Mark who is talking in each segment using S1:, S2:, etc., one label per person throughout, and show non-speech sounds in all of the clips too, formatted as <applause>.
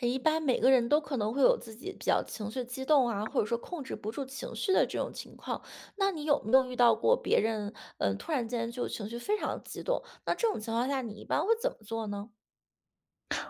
S1: 一般每个人都可能会有自己比较情绪激动啊，或者说控制不住情绪的这种情况。那你有没有遇到过别人，突然间就情绪非常激动？那这种情况下，你一般会怎么做呢？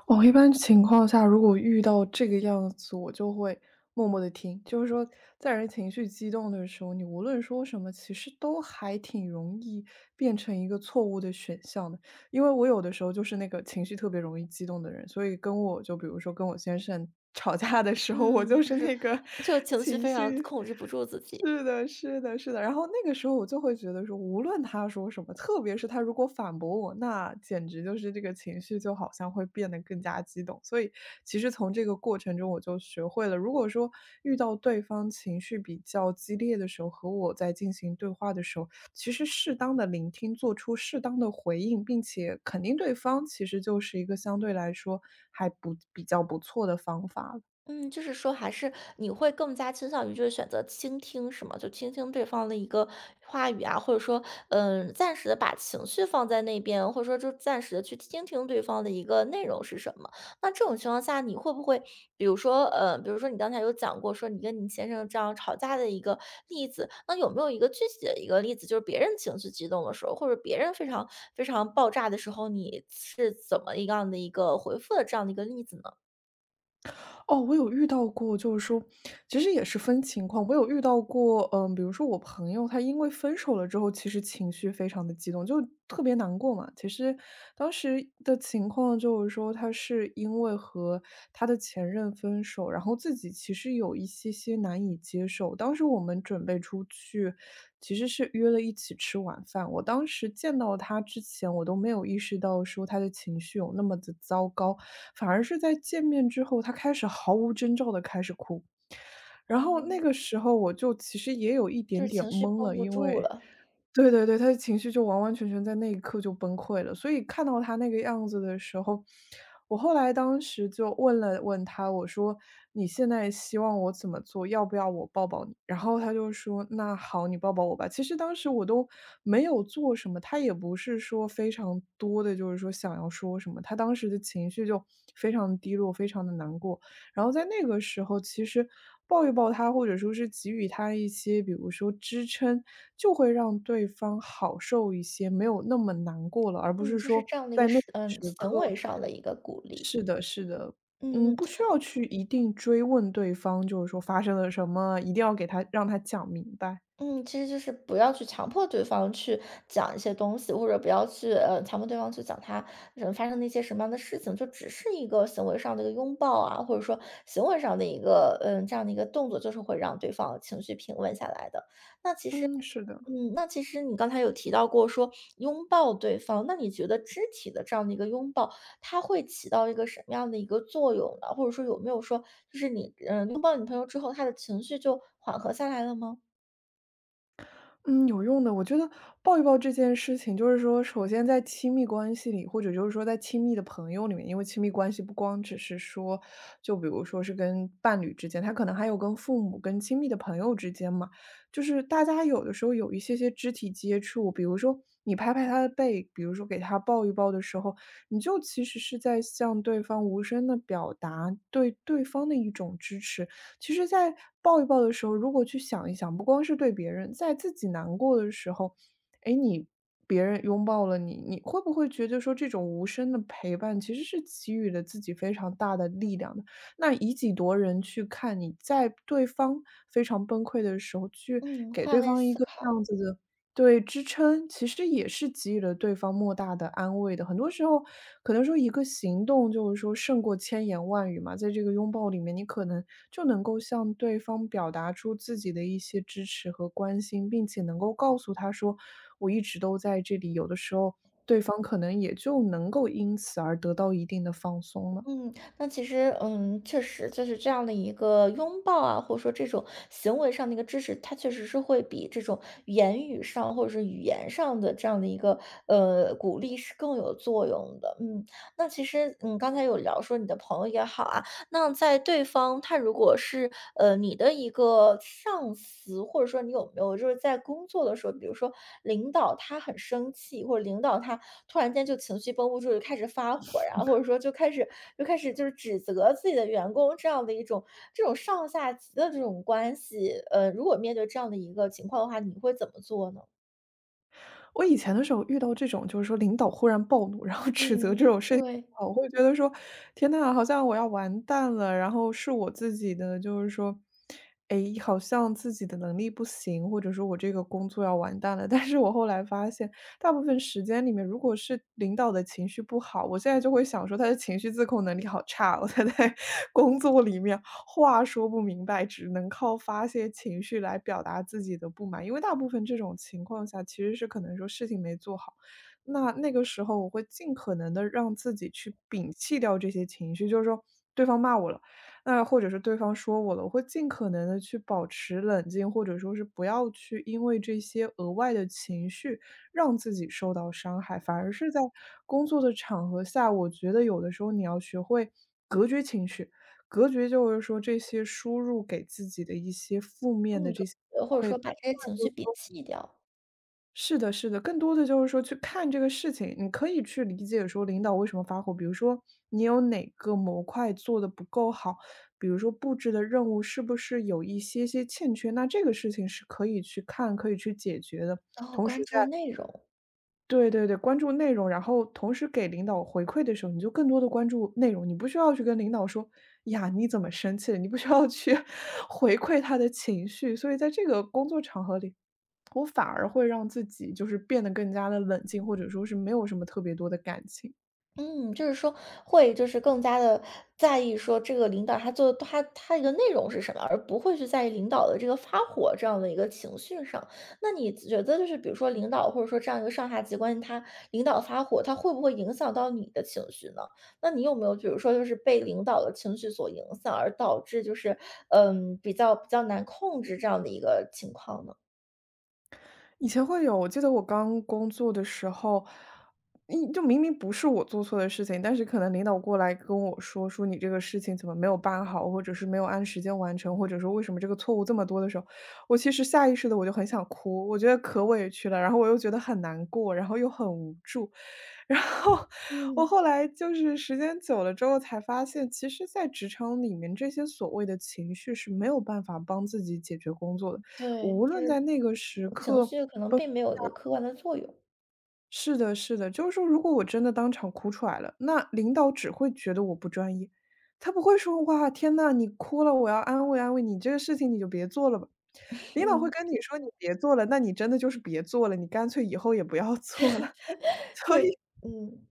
S2: 哦，一般情况下，如果遇到这个样子，我就会默默的听。就是说，在人情绪激动的时候，你无论说什么，其实都还挺容易变成一个错误的选项的。因为我有的时候就是那个情绪特别容易激动的人，所以跟我就比如说跟我先生吵架的时候，我
S1: 嗯，
S2: 就
S1: 就
S2: 是
S1: 是
S2: 那个
S1: 就
S2: <laughs>
S1: 情绪
S2: 情
S1: 非常
S2: 绪
S1: 控制不住自己。
S2: 是的是的是的。然后那个时候我就会觉得说，无论他说什么，特别是他如果反驳我，那简直就是这个情绪就好像会变得人更加激动。所以其实从这个过程中，我就学会了，如果说遇到对方情绪比较激烈的时候，和我在进行对话的时候，其实适当的聆听，做出适当的回应，并且肯定对方，其实就是一个相对来说还不比较不错的方法了。
S1: 嗯，就是说还是你会更加倾向于就是选择倾听，是吗？就倾听对方的一个话语啊，或者说，暂时的把情绪放在那边，或者说就暂时的去听听对方的一个内容是什么。那这种情况下，你会不会，比如说，比如说你刚才有讲过，说你跟你先生这样吵架的一个例子，那有没有一个具体的一个例子，就是别人情绪激动的时候，或者别人非常非常爆炸的时候，你是怎么一样的一个回复的这样的一个例子呢？
S2: 哦，我有遇到过，就是说其实也是分情况。我有遇到过，比如说我朋友，他因为分手了之后，其实情绪非常的激动，就特别难过嘛。其实当时的情况就是说，他是因为和他的前任分手，然后自己其实有一些些难以接受。当时我们准备出去，其实是约了一起吃晚饭。我当时见到他之前，我都没有意识到说他的情绪有那么的糟糕，反而是在见面之后，他开始毫无征兆的开始哭。然后那
S1: 哦。
S2: 个时候我就其实也有一
S1: 就
S2: 点
S1: 是
S2: 点
S1: 情绪
S2: 懵
S1: 绷
S2: 了。
S1: 不
S2: 因
S1: 住
S2: 为
S1: 了。
S2: 对对对，他的情绪就完完全全在那一刻就崩溃了。所以看到他那个样子的时候，我后来当时就问了问他，我说：“你现在希望我怎么做？要不要我抱抱你？”然后他就说：“那好，你抱抱我吧。”其实当时我都没有做什么，他也不是说非常多的，就是说想要说什么，他当时的情绪就非常低落，非常的难过。然后在那个时候，其实抱一抱他，或者说是给予他一些，比如说支撑，就会让对方好受一些，没有那么难过了，而不
S1: 嗯，
S2: 是
S1: 就是
S2: 说
S1: 这样的一个
S2: 在那个
S1: 是
S2: 时
S1: 行
S2: 刻，
S1: 为上的一个鼓励。
S2: 是的，是的。
S1: 嗯嗯
S2: 不需要去一定追问对方，就是说发生了什么，一定要给他让他讲明白。
S1: 嗯，其实就是不要去强迫对方去讲一些东西，或者不要去强迫对方去讲他发生的一些什么样的事情，就只是一个行为上的一个拥抱啊，或者说行为上的一个这样的一个动作，就是会让对方情绪平稳下来的。
S2: 嗯，是的。
S1: 嗯，那其实你刚才有提到过说拥抱对方，那你觉得肢体的这样的一个拥抱，它会起到一个什么样的一个作用呢？或者说有没有说，就是你拥抱你朋友之后，他的情绪就缓和下来了吗？
S2: 嗯，有用的。我觉得抱一抱这件事情，就是说，首先在亲密关系里，或者就是说在亲密的朋友里面，因为亲密关系不光只是说，就比如说是跟伴侣之间，他可能还有跟父母、跟亲密的朋友之间嘛，就是大家有的时候有一些些肢体接触，比如说你拍拍他的背，比如说给他抱一抱的时候，你就其实是在向对方无声的表达对对方的一种支持。其实在抱一抱的时候，如果去想一想，不光是对别人，在自己难过的时候，哎，别人拥抱了你，你会不会觉得说这种无声的陪伴其实是给予了自己非常大的力量的？那以己度人去看你在对方非常崩溃的时候去
S1: 嗯，换位思
S2: 这
S1: 考。
S2: 样子的。对，支撑其实也是给予了对方莫大的安慰的。很多时候，可能说一个行动就是说胜过千言万语嘛，在这个拥抱里面，你可能就能够向对方表达出自己的一些支持和关心，并且能够告诉他说我一直都在这里。有的时候，对方可能也就能够因此而得到一定的放松了。
S1: 嗯，那其实，确实就是这样的一个拥抱啊，或者说这种行为上的一个支持，它确实是会比这种言语上或者是语言上的这样的一个鼓励是更有作用的。嗯，那其实，刚才有聊说你的朋友也好啊，那在对方他如果是，你的一个上司，或者说你有没有就是在工作的时候，比如说领导他很生气，或者领导他突然间就情绪绷不住，就开始发火呀，或者说就开始就是指责自己的员工这样的一种这种上下级的这种关系，如果面对这样的一个情况的话，你会怎么做呢？
S2: 我以前的时候遇到这种，就是说领导忽然暴怒，然后指责
S1: 嗯，
S2: 这种事情，
S1: 对。
S2: 我会觉得说：“天呐，好像我要完蛋了。”然后是我自己的，就是说，哎，好像自己的能力不行，或者说我这个工作要完蛋了。但是我后来发现，大部分时间里面，如果是领导的情绪不好，我现在就会想说他的情绪自控能力好差，他在工作里面话说不明白，只能靠发泄情绪来表达自己的不满。因为大部分这种情况下，其实是可能说事情没做好，那个时候我会尽可能的让自己去摒弃掉这些情绪，就是说对方骂我了，那或者是对方说我了，我会尽可能的去保持冷静，或者说是不要去因为这些额外的情绪让自己受到伤害，反而是在工作的场合下，我觉得有的时候你要学会隔绝情绪，隔绝就是说这些输入给自己的一些负面的
S1: 嗯，
S2: 这些反
S1: 或者
S2: 馈。
S1: 说把
S2: 更
S1: 这些情绪摒弃掉，
S2: 是的，是的，更多的就是说去看这个事情，你可以去理解说领导为什么发火，比如说你有哪个模块做的不够好，比如说布置的任务是不是有一些些欠缺，那这个事情是可以去看，可以去解决的。
S1: 然后
S2: 同时，
S1: 关注内容。
S2: 对对对，关注内容，然后同时给领导回馈的时候，你就更多的关注内容，你不需要去跟领导说：“呀，你怎么生气了？”你不需要去 <laughs> 回馈他的情绪。所以在这个工作场合里，我反而会让自己就是变得更加的冷静，或者说是没有什么特别多的感情。
S1: 嗯，就是说会就是更加的在意说这个领导他做他一个内容是什么，而不会去在意领导的这个发火这样的一个情绪上。那你觉得就是比如说领导或者说这样一个上下级关系，他领导发火，他会不会影响到你的情绪呢？那你有没有比如说就是被领导的情绪所影响，而导致就是，比较难控制这样的一个情况呢？
S2: 以前会有，我记得我刚工作的时候，就明明不是我做错的事情，但是可能领导过来跟我说你这个事情怎么没有办好，或者是没有按时间完成，或者说为什么这个错误这么多的时候，我其实下意识的就很想哭，我觉得可委屈了，然后我又觉得很难过，然后又很无助，<laughs> 然后我
S1: 嗯，
S2: 后来就是时间久了之后才发现，其实在职场里面这些所谓的情绪是没有办法帮自己解决工作的，
S1: 对。
S2: 无
S1: 就
S2: 论
S1: 是
S2: 在那个时
S1: 情
S2: 刻。
S1: 绪可能并没有一个客观的作用，
S2: 是的是的，就是说如果我真的当场哭出来了，那领导只会觉得我不专业，他不会说：“哇，天呐，你哭了，我要安慰安慰你，这个事情你就别做了吧。”领导会
S1: 嗯。
S2: 跟你说：“你别做了，那你真的就是别做了，你干脆以后也不要做了。”
S1: <laughs>
S2: 所以
S1: 就嗯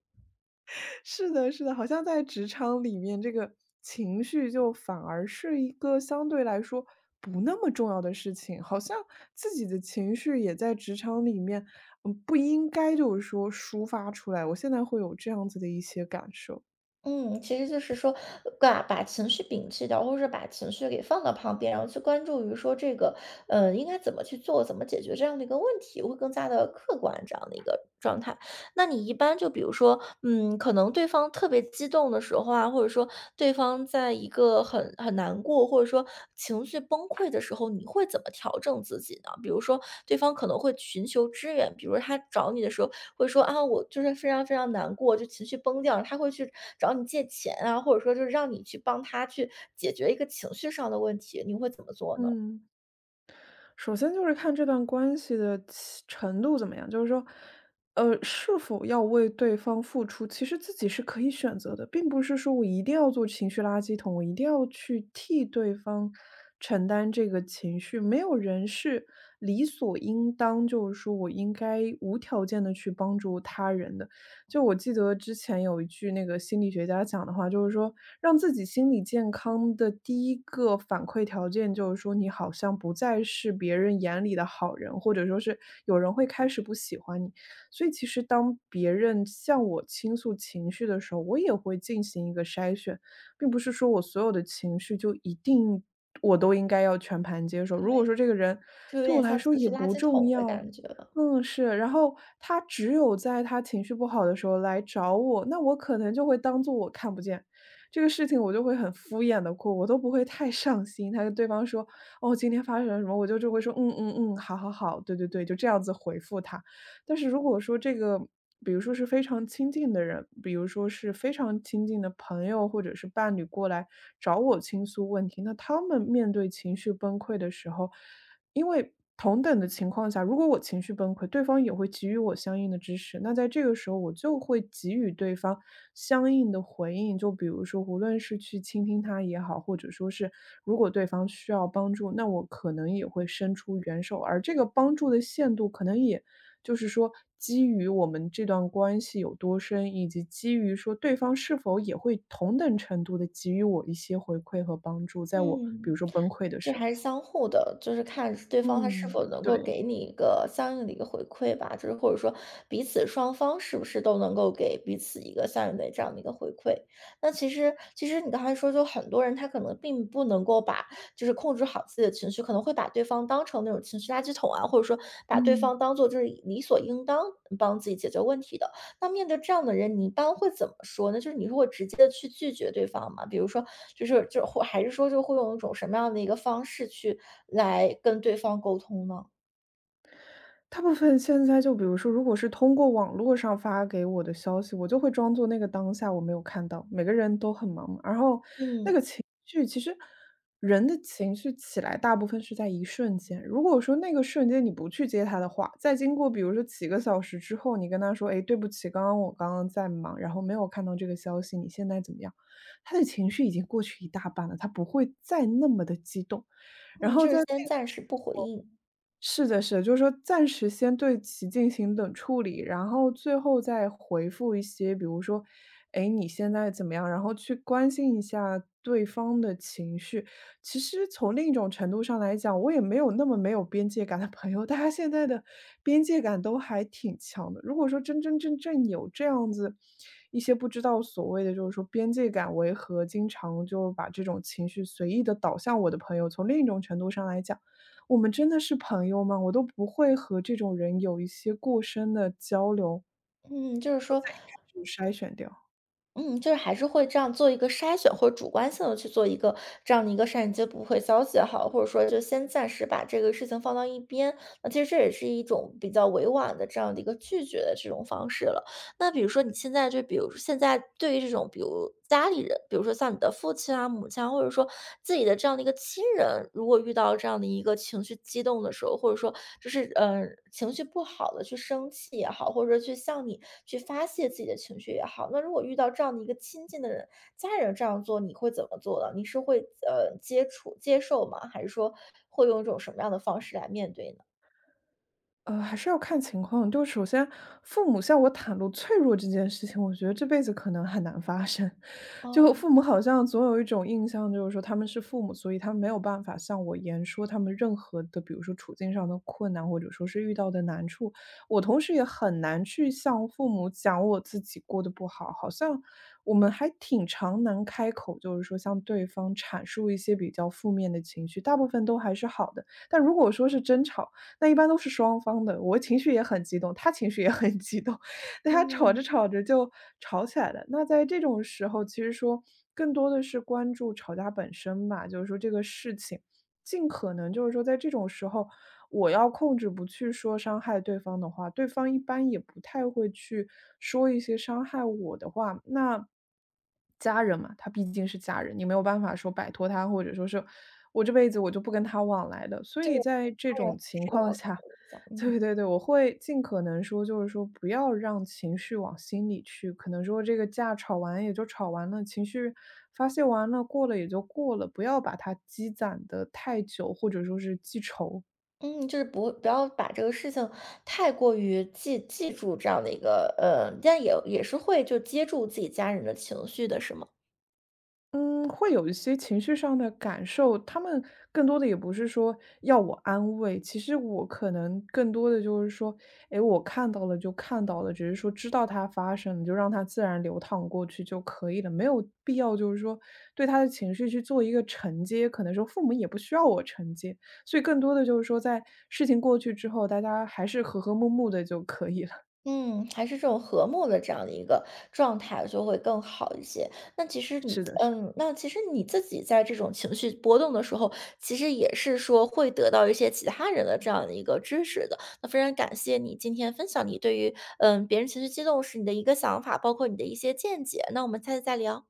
S2: 是的，是的，好像在职场里面，这个情绪就反而是一个相对来说不那么重要的事情，好像自己的情绪也在职场里面，不应该就是说抒发出来。我现在会有这样子的一些感受。
S1: 嗯，其实就是说，把情绪摒弃掉，或者是把情绪给放到旁边，然后去关注于说这个，应该怎么去做，怎么解决这样的一个问题，会更加的客观这样的一个状态。那你一般就比如说，可能对方特别激动的时候啊，或者说对方在一个很难过，或者说情绪崩溃的时候，你会怎么调整自己呢？比如说对方可能会寻求支援，比如他找你的时候，会说啊，我就是非常非常难过，就情绪崩掉了他会去找你借钱啊，或者说就是让你去帮他去解决一个情绪上的问题，你会怎么做呢？
S2: 嗯，首先就是看这段关系的其程度怎么样，就是说，是否要为对方付出，其实自己是可以选择的，并不是说我一定要做情绪垃圾桶，我一定要去替对方承担这个情绪。没有人是理所应当，就是说我应该无条件的去帮助他人的。就我记得之前有一句那个心理学家讲的话，就是说让自己心理健康的第一个反馈条件，就是说你好像不再是别人眼里的好人，或者说是有人会开始不喜欢你。所以其实当别人向我倾诉情绪的时候，我也会进行一个筛选，并不是说我所有的情绪就一定我应该要全盘接受。如果
S1: 对。
S2: 说这个人
S1: 就有
S2: 对我
S1: 点
S2: 来
S1: 像
S2: 说
S1: 情
S2: 也
S1: 绪垃
S2: 不
S1: 圾
S2: 重
S1: 桶的
S2: 要，
S1: 感觉了。
S2: 嗯，是，然后他只有在他情绪不好的时候来找我，那我可能就会当做我看不见，这个事情我就会很敷衍的过，我都不会太上心。他跟对方说：“哦，今天发生了什么？”我就会说：“嗯嗯嗯，好好好，对对对。”就这样子回复他。但是如果说这个，比如说是非常亲近的人，比如说是非常亲近的朋友或者是伴侣过来找我倾诉问题，那他们面对情绪崩溃的时候，因为同等的情况下，如果我情绪崩溃，对方也会给予我相应的支持。那在这个时候，我就会给予对方相应的回应。就比如说，无论是去倾听他也好，或者说是如果对方需要帮助，那我可能也会伸出援手，而这个帮助的限度可能也就是说基于我们这段关系有多深，以及基于说对方是否也会同等程度的给予我一些回馈和帮助，在我比
S1: 嗯，
S2: 如说崩溃的
S1: 就
S2: 时
S1: 还是
S2: 候。
S1: 相互的，就是看对方他是
S2: 嗯，
S1: 否能够
S2: 对。
S1: 给你一个相应的一个回馈吧，就是或者说彼此双方是不是都能够给彼此一个相应的这样的一个回馈。那其实，其实你刚才说，就很多人他可能并不能够把就是控制好自己的情绪，可能会把对方当成那种情绪垃圾桶啊，或者说把对
S2: 嗯。
S1: 方当做就是理所应当帮自己解决问题的。那面对这样的人，你一般会怎么说呢？就是你会直接的去拒绝对方吗？比如说就是就或还是说就会用一种什么样的一个方式去来跟对方沟通呢？
S2: 大部分现在就比如说，如果是通过网络上发给我的消息，我就会装作那个当下我没有看到。每个人都很忙嘛，然后那
S1: 嗯，
S2: 个情绪其实人的情绪起来大部分是在一瞬间。如果说那个瞬间你不去接他的话，再经过比如说几个小时之后，你跟他说：“哎，对不起，刚刚我在忙，然后没有看到这个消息，你现在怎么样？”他的情绪已经过去一大半了，他不会再那么的激动。然
S1: 嗯，
S2: 后
S1: 就是
S2: 在那个
S1: 先暂时不回应。
S2: 是的，是的，就是说暂时先对其进行冷处理，然后最后再回复一些，比如说，哎，你现在怎么样？然后去关心一下对方的情绪。其实从另一种程度上来讲，我也没有那么没有边界感的朋友，<laughs> 大家现在的边界感都还挺强的。如果说真真正正有这样子一些不知道所谓的就是说边界感为何，经常就把这种情绪随意的导向我的朋友，从另一种程度上来讲。我们真的是朋友吗？我都不会和这种人有一些过深的交流，
S1: 嗯，就是说
S2: 就筛选掉。
S1: 嗯，就是还是会这样做一个筛选，或者主观性的去做一个这样的一个善接不回消息也好，或者说就先暂时把这个事情放到一边，那其实这也是一种比较委婉的这样的一个拒绝的这种方式了。那比如说你现在就比如现在对于这种比如家里人，比如说像你的父亲啊、母亲啊，或者说自己的这样的一个亲人，如果遇到这样的一个情绪激动的时候，或者说就是情绪不好的去生气也好，或者说去向你去发泄自己的情绪也好，那如果遇到这样的一个亲近的人、家人这样做，你会怎么做呢？你是会接受吗？还是说会用一种什么样的方式来面对呢？
S2: 还是要看情况。就首先，父母向我袒露脆弱这件事情，我觉得这辈子可能很难发生。<laughs> 就
S1: 哦，
S2: 父母好像总有一种印象，就是说他们是父母，所以他们没有办法向我言说他们任何的，比如说处境上的困难，或者说是遇到的难处。我同时也很难去向父母讲我自己过得不好，好像我们还挺常难开口，就是说向对方阐述一些比较负面的情绪，大部分都还是好的。但如果说是争吵，那一般都是双方的，我情绪也很激动，他情绪也很激动，<laughs> 大家吵着
S1: 嗯，
S2: 吵着就吵起来了。那在这种时候，其实说更多的是关注吵架本身吧，就是说这个事情，尽可能就是说在这种时候，我要控制不去说伤害对方的话，对方一般也不太会去说一些伤害我的话，那家人嘛，他毕竟是家人，你没有办法说摆脱他，或者说是我这辈子我就不跟他往来的。所以在这
S1: 家人
S2: 种
S1: 还
S2: 情
S1: 是要
S2: 况下，
S1: 考虑一下，
S2: <laughs> 对
S1: 嗯。
S2: 对对，我会尽可能说，就是说不要让情绪往心里去。可能说这个架吵完也就吵完了，情绪发泄完了，过了也就过了，不要把它积攒的太久，或者说是记仇。
S1: 嗯，就是不要把这个事情太过于记住这样的一个，但也是会就接住自己家人的情绪的，是吗？
S2: 嗯，会有一些情绪上的感受，他们更多的也不是说要我安慰，其实我可能更多的就是说，诶，我看到了就看到了，只是说知道它发生了，就让它自然流淌过去就可以了，没有必要就是说对他的情绪去做一个承接，可能说父母也不需要我承接，所以更多的就是说在事情过去之后，大家还是和和睦睦的就可以了。
S1: 嗯，还是这种和睦的这样的一个状态就会更好一些。那其实
S2: <laughs>
S1: 你，
S2: 是的，是的。
S1: 那其实你自己在这种情绪波动的时候，其实也是说会得到一些其他人的这样的一个支持的。那非常感谢你今天分享你对于，别人情绪激动时你的一个想法，包括你的一些见解。那我们下次再聊。